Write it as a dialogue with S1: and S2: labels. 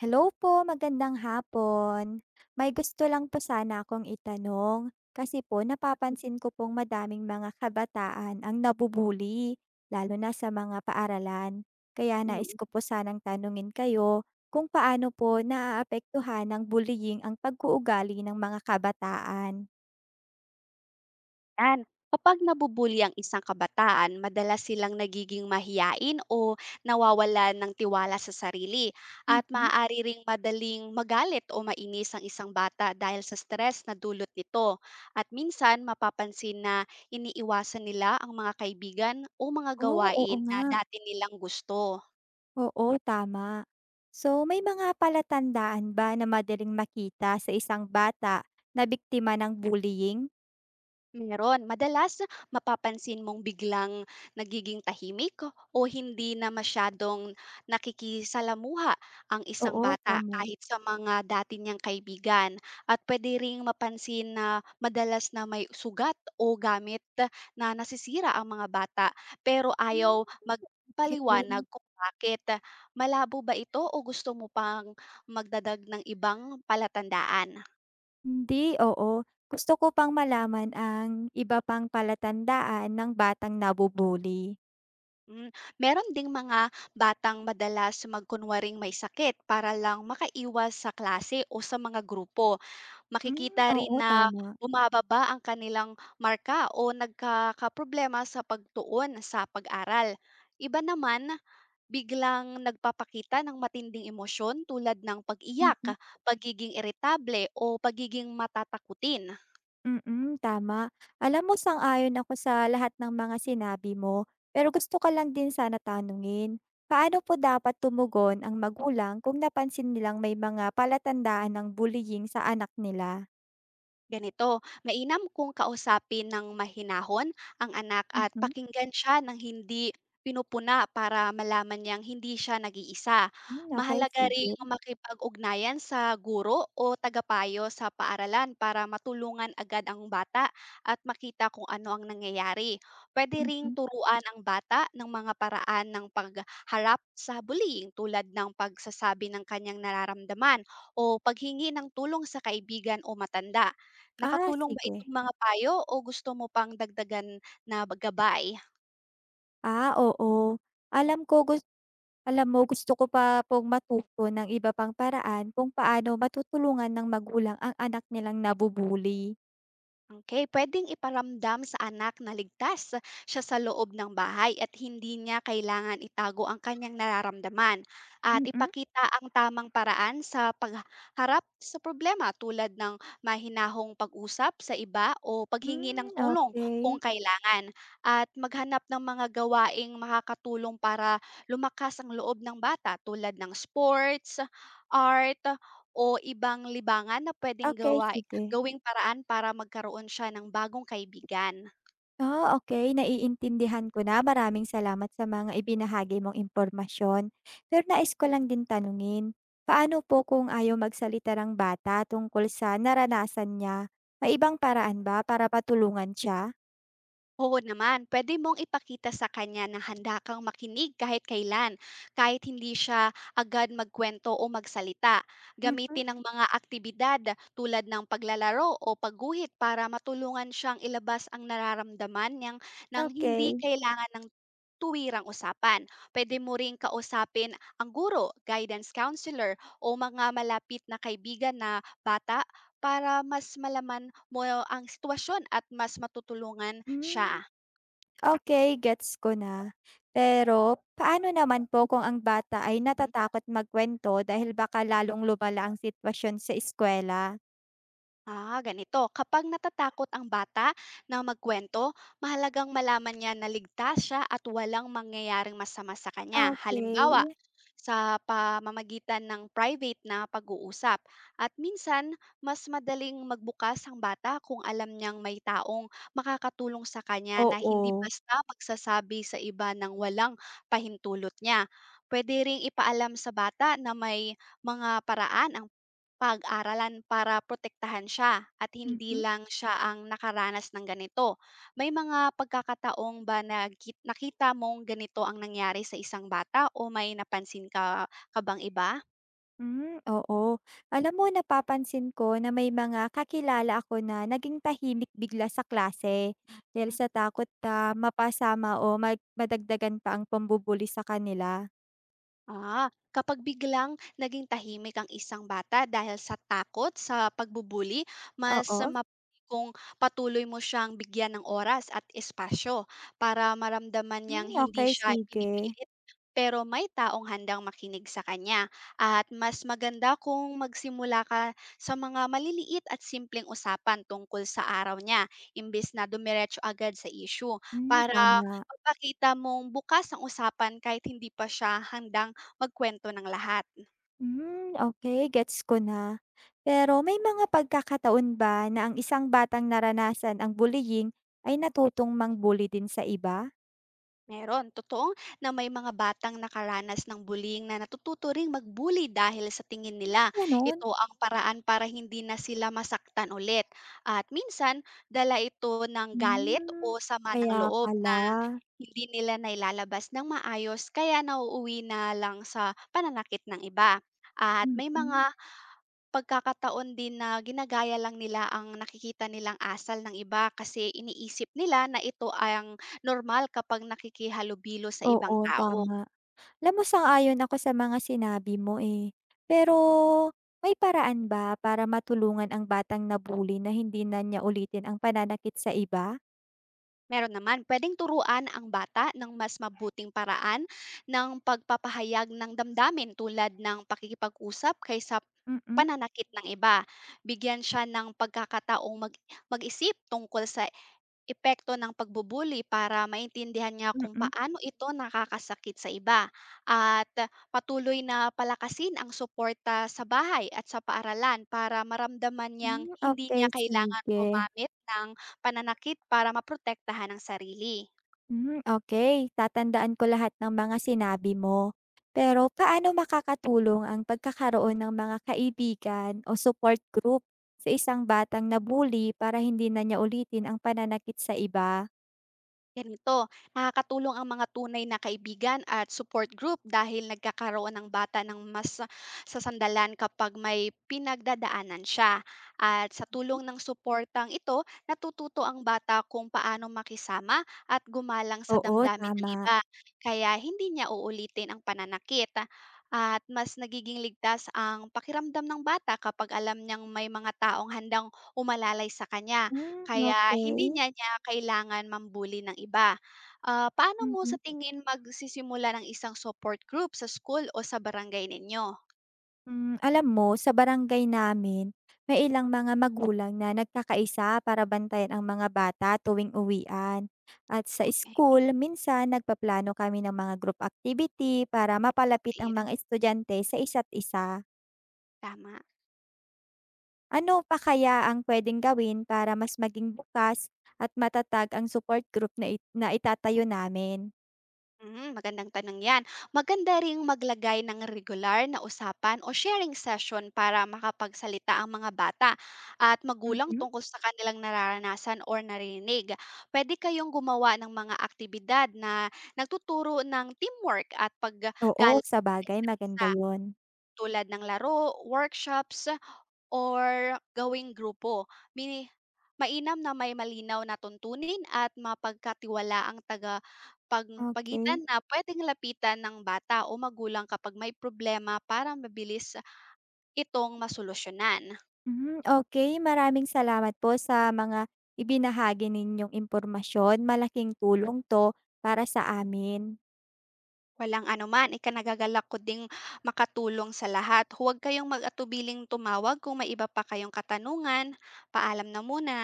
S1: Hello po, magandang hapon. May gusto lang po sana akong itanong kasi po napapansin ko pong madaming mga kabataan ang nabubuli, lalo na sa mga paaralan. Kaya nais
S2: Mm,
S1: ko po sanang tanungin kayo kung paano po naaapektuhan ng bullying ang pag-uugali ng mga kabataan.
S2: yan. Kapag nabubully ang isang kabataan, madalas silang nagiging mahiyain o nawawalan ng tiwala sa sarili, at
S1: Mm.
S2: maaari ring madaling magalit o mainis ang isang bata dahil sa stress na dulot nito. At minsan mapapansin na iniiwasan nila ang mga kaibigan o mga
S1: Oh, oo
S2: gawain
S1: nga.
S2: na dati nilang gusto.
S1: Oo, tama. So, may mga palatandaan ba na madaling makita sa isang bata na biktima ng bullying?
S2: Meron. Madalas, mapapansin mong biglang nagiging tahimik o hindi na masyadong nakikisalamuha ang isang
S1: Oo,
S2: bata
S1: tama.
S2: kahit sa mga dati niyang kaibigan. At pwede ring mapansin na madalas na may sugat o gamit na nasisira ang mga bata pero
S1: Hmm,
S2: ayaw
S1: okey.
S2: magpaliwanag
S1: Hmm,
S2: kung bakit. Malabo ba ito o gusto mo pang magdadag ng ibang palatandaan?
S1: hindi, oo. Gusto ko pang malaman ang iba pang palatandaan ng batang nabu-bully.
S2: Hmm, meron ding mga batang madalas magkunwaring may sakit para lang makaiwas sa klase o sa mga grupo.
S1: Hmm,
S2: Makikita rin
S1: oo,
S2: na
S1: tama.
S2: bumababa ang kanilang marka o nagkakaproblema sa pagtuon sa pag-aral. Iba naman, biglang nagpapakita ng matinding emosyon tulad ng
S1: Mm,
S2: pag-iyak, pagiging iritable o pagiging matatakutin.
S1: mm, tama. Alam mo, sang-ayon ako sa lahat ng mga sinabi mo, pero gusto ko lang din sana tanungin, paano po dapat tumugon ang magulang kung napansin nilang may mga palatandaan ng bullying sa anak nila?
S2: Ganito, mainam kung kausapin ng mahinahon ang anak at
S1: Mhm.
S2: pakinggan siya ng hindi pinupuna para malaman niyang hindi siya nag-iisa.
S1: Hmm, okey,
S2: Mahalaga rin
S1: sige.
S2: ang makipag-ugnayan sa guro o tagapayo sa paaralan para matulungan agad ang bata at makita kung ano ang nangyayari. Pwede ring
S1: Mhm.
S2: turuan ang bata ng mga paraan ng pagharap sa bullying tulad ng pagsasabi ng kanyang nararamdaman o paghingi ng tulong sa kaibigan o matanda.
S1: Ah,
S2: Nakatulong ba
S1: sige.
S2: itong mga payo o gusto mo pang dagdagan na gabay?
S1: Ah, oo. Alam ko gus alam mo, gusto ko pa pong matuto ng iba pang paraan kung paano matutulungan ng magulang ang anak nilang nabubuli bully.
S2: Okay, puwedeng iparamdam sa anak na ligtas siya sa loob ng bahay at hindi niya kailangan itago ang kanyang nararamdaman, at
S1: Mm.
S2: ipakita ang tamang paraan sa pagharap sa problema tulad ng mahinahong pag-usap sa iba o paghingi ng
S1: Hmm,
S2: tulong kung
S1: okay,
S2: kailangan, at maghanap ng mga gawaing makakatulong para lumakas ang loob ng bata tulad ng sports, art, o ibang libangan na puwedeng
S1: okay,
S2: gawain
S1: sige.
S2: gawing paraan para magkaroon siya ng bagong kaibigan.
S1: Ah, okey, naiintindihan ko na. Maraming salamat sa mga ibinahagi mong impormasyon. Pero nais ko lang
S2: Mm.
S1: din tanungin, paano po kung ayaw magsalita ang bata tungkol sa naranasan niya? May ibang paraan ba para matulungan siya?
S2: Oo naman, pwede mong ipakita sa kanya na handa kang makinig kahit kailan, kahit hindi siya agad magkuwento o magsalita.
S1: Mhm,
S2: Gamitin ang mga aktibidad tulad ng paglalaro o pagguhit para matulungan siyang ilabas ang nararamdaman niyang nang hindi
S1: okey.
S2: kailangan ng tuwirang usapan. Pwede mo ring kausapin ang guro, guidance counselor o mga malapit na kaibigan na bata para mas malaman mo ang sitwasyon at mas matutulungan siya,
S1: Hmm. Okay, gets ko na. Pero paano naman po kung ang bata ay
S2: mm.
S1: natatakot magkuwento dahil baka lalong lumala ang sitwasyon sa eskuwela?
S2: Ah, ganito. Kapag natatakot ang bata na magkwento, mahalagang malaman niya na ligtas siya at walang mangyayaring masama sa kanya. Halimbawa,
S1: Okay.
S2: sa pamamagitan ng private na pag-uusap. At minsan, mas madaling magbukas ang bata kung alam niyang may taong makakatulong sa kanya na hindi
S1: Oo.
S2: basta magsasabi sa iba ng walang pahintulot niya. Pwede ring ipaalam sa bata na may mga paraan ang pag-aralan para protektahan siya, at hindi
S1: Mhm.
S2: lang siya ang nakaranas ng ganito. May mga pagkakataong ba nakita mong ganito ang nangyari sa isang bata o may napansin ka, ka bang iba?
S1: Hmm, oo. Alam mo, napapansin ko na may mga kakilala ako na naging tahimik bigla sa klase dahil sa takot na mapasama o madagdagan pa ang pambubuli sa kanila.
S2: Ah, kapag biglang naging tahimik ang isang bata dahil sa takot sa pagbubuli, mas
S1: Oo.
S2: mabuti kung patuloy mo siyang bigyan ng oras at espasyo para maramdaman
S1: Hmm,
S2: niyang hindi
S1: okay,
S2: siya
S1: sige.
S2: pinipilit pero may taong handang makinig sa kanya. At mas maganda kung magsimula ka sa mga maliliit at simpleng usapan tungkol sa araw niya, imbes na dumiretso agad sa issue,
S1: Hmm,
S2: para
S1: tama.
S2: mapakita mong bukas ang usapan kahit hindi pa siya handang magkuwento ng lahat.
S1: Hmm, okay, gets ko na. Pero may mga pagkakataon ba na ang isang batang naranasan ang bullying ay natutong mang-bully din sa iba?
S2: Meron, totoo na may mga batang nakaranas ng bullying na natututo ring mag-bully dahil sa tingin
S1: Hmm,
S2: nila.
S1: gano'n?
S2: Ito ang paraan para hindi na sila masaktan ulit. At minsan, dala ito ng galit
S1: Hmm,
S2: o sama ng
S1: kaya
S2: loob
S1: pala.
S2: na hindi nila nailalabas ng maayos kaya nauuwi na lang sa pananakit ng iba. At may
S1: Mm,
S2: mga pagkakataon din na ginagaya lang nila ang nakikita nilang asal ng iba kasi iniisip nila na ito ang normal kapag nakikihalubilo sa ibang
S1: oo,
S2: tao.
S1: tama. Alam mo, sang-ayon ako sa mga sinabi mo, eh. Pero may paraan ba para matulungan ang batang na na hindi na niya ulitin ang pananakit sa iba?
S2: Meron naman, puwedeng turuan ang bata ng mas mabuting paraan ng pagpapahayag ng damdamin tulad ng pakikipag-usap kaysa
S1: Mm,
S2: pananakit ng iba. Bigyan siya ng pagkakataong mag-isip tungkol sa epekto ng pagbubuli para maintindihan niya kung
S1: mm.
S2: paano ito nakakasakit sa iba, at patuloy na palakasin ang suporta sa bahay at sa paaralan para maramdaman niyang
S1: Hmm,
S2: hindi niya
S1: okay,
S2: kailangan
S1: sige.
S2: gumamit ng pananakit para maprotektahan ang sarili.
S1: Hmm, okay, tatandaan ko lahat ng mga sinabi mo. Pero paano makakatulong ang pagkakaroon ng mga kaibigan o support group sa isang batang na para hindi na niya ulitin ang pananakit sa iba?
S2: Ganito, nakakatulong ang mga tunay na kaibigan at support group dahil nagkakaroon ng bata ng mas sasandalan kapag may pinagdadaanan siya. At sa
S1: Hmm.
S2: tulong ng suportang ito, natututo ang bata kung paano makisama at gumalang sa
S1: Oo,
S2: damdamin ng
S1: tama.
S2: iba. Kaya hindi niya uulitin ang pananakit, at mas nagiging ligtas ang pakiramdam ng bata kapag alam niyang may mga taong handang umalalay sa kanya.
S1: Hmm,
S2: Kaya hindi
S1: okay.
S2: niya niya kailangan mambuli ng iba. Ah, paano mo sa
S1: Mm-hmm.
S2: tingin magsisimula ng isang support group sa school o sa barangay ninyo?
S1: Hmm, alam mo, sa barangay namin, may ilang mga magulang na nagkakaisa para bantayan ang mga bata tuwing uwian. At sa
S2: Okay,
S1: school, minsan nagpaplano kami ng mga group activity para
S2: maganda
S1: mapalapit ang
S2: 'yan,
S1: mga estudyante sa isa't isa.
S2: tama.
S1: Ano pa kaya ang pwedeng gawin para mas maging bukas at matatag ang support group na itatayo namin?
S2: Mm, magandang tanong 'yan. Maganda ring maglagay ng regular na usapan o sharing session para makapagsalita ang mga bata at magulang
S1: Mm.
S2: tungkol sa kanilang nararanasan or narinig. Puwede kayong gumawa ng mga aktibidad na nagtuturo ng teamwork at paggalang
S1: Oo, sa
S2: sa
S1: bagay,
S2: isa't
S1: maganda
S2: isa,
S1: yon.
S2: tulad ng laro, workshops, or gawing grupo. Mini Mainam na may malinaw na tuntunin at mapagkatiwala ang taga pag pagitan
S1: Okay.
S2: na puwedeng lapitan ng bata o magulang kapag may problema para mabilis itong masolusyunan.
S1: Mhm, okay. Maraming salamat po sa mga ibinahagi ninyong impormasyon. Malaking tulong 'to para sa amin.
S2: Walang anuman, ikinagagalak ko ding makatulong sa lahat. Huwag kayong mag-atubiling tumawag kung may iba pa kayong katanungan. Paalam na muna.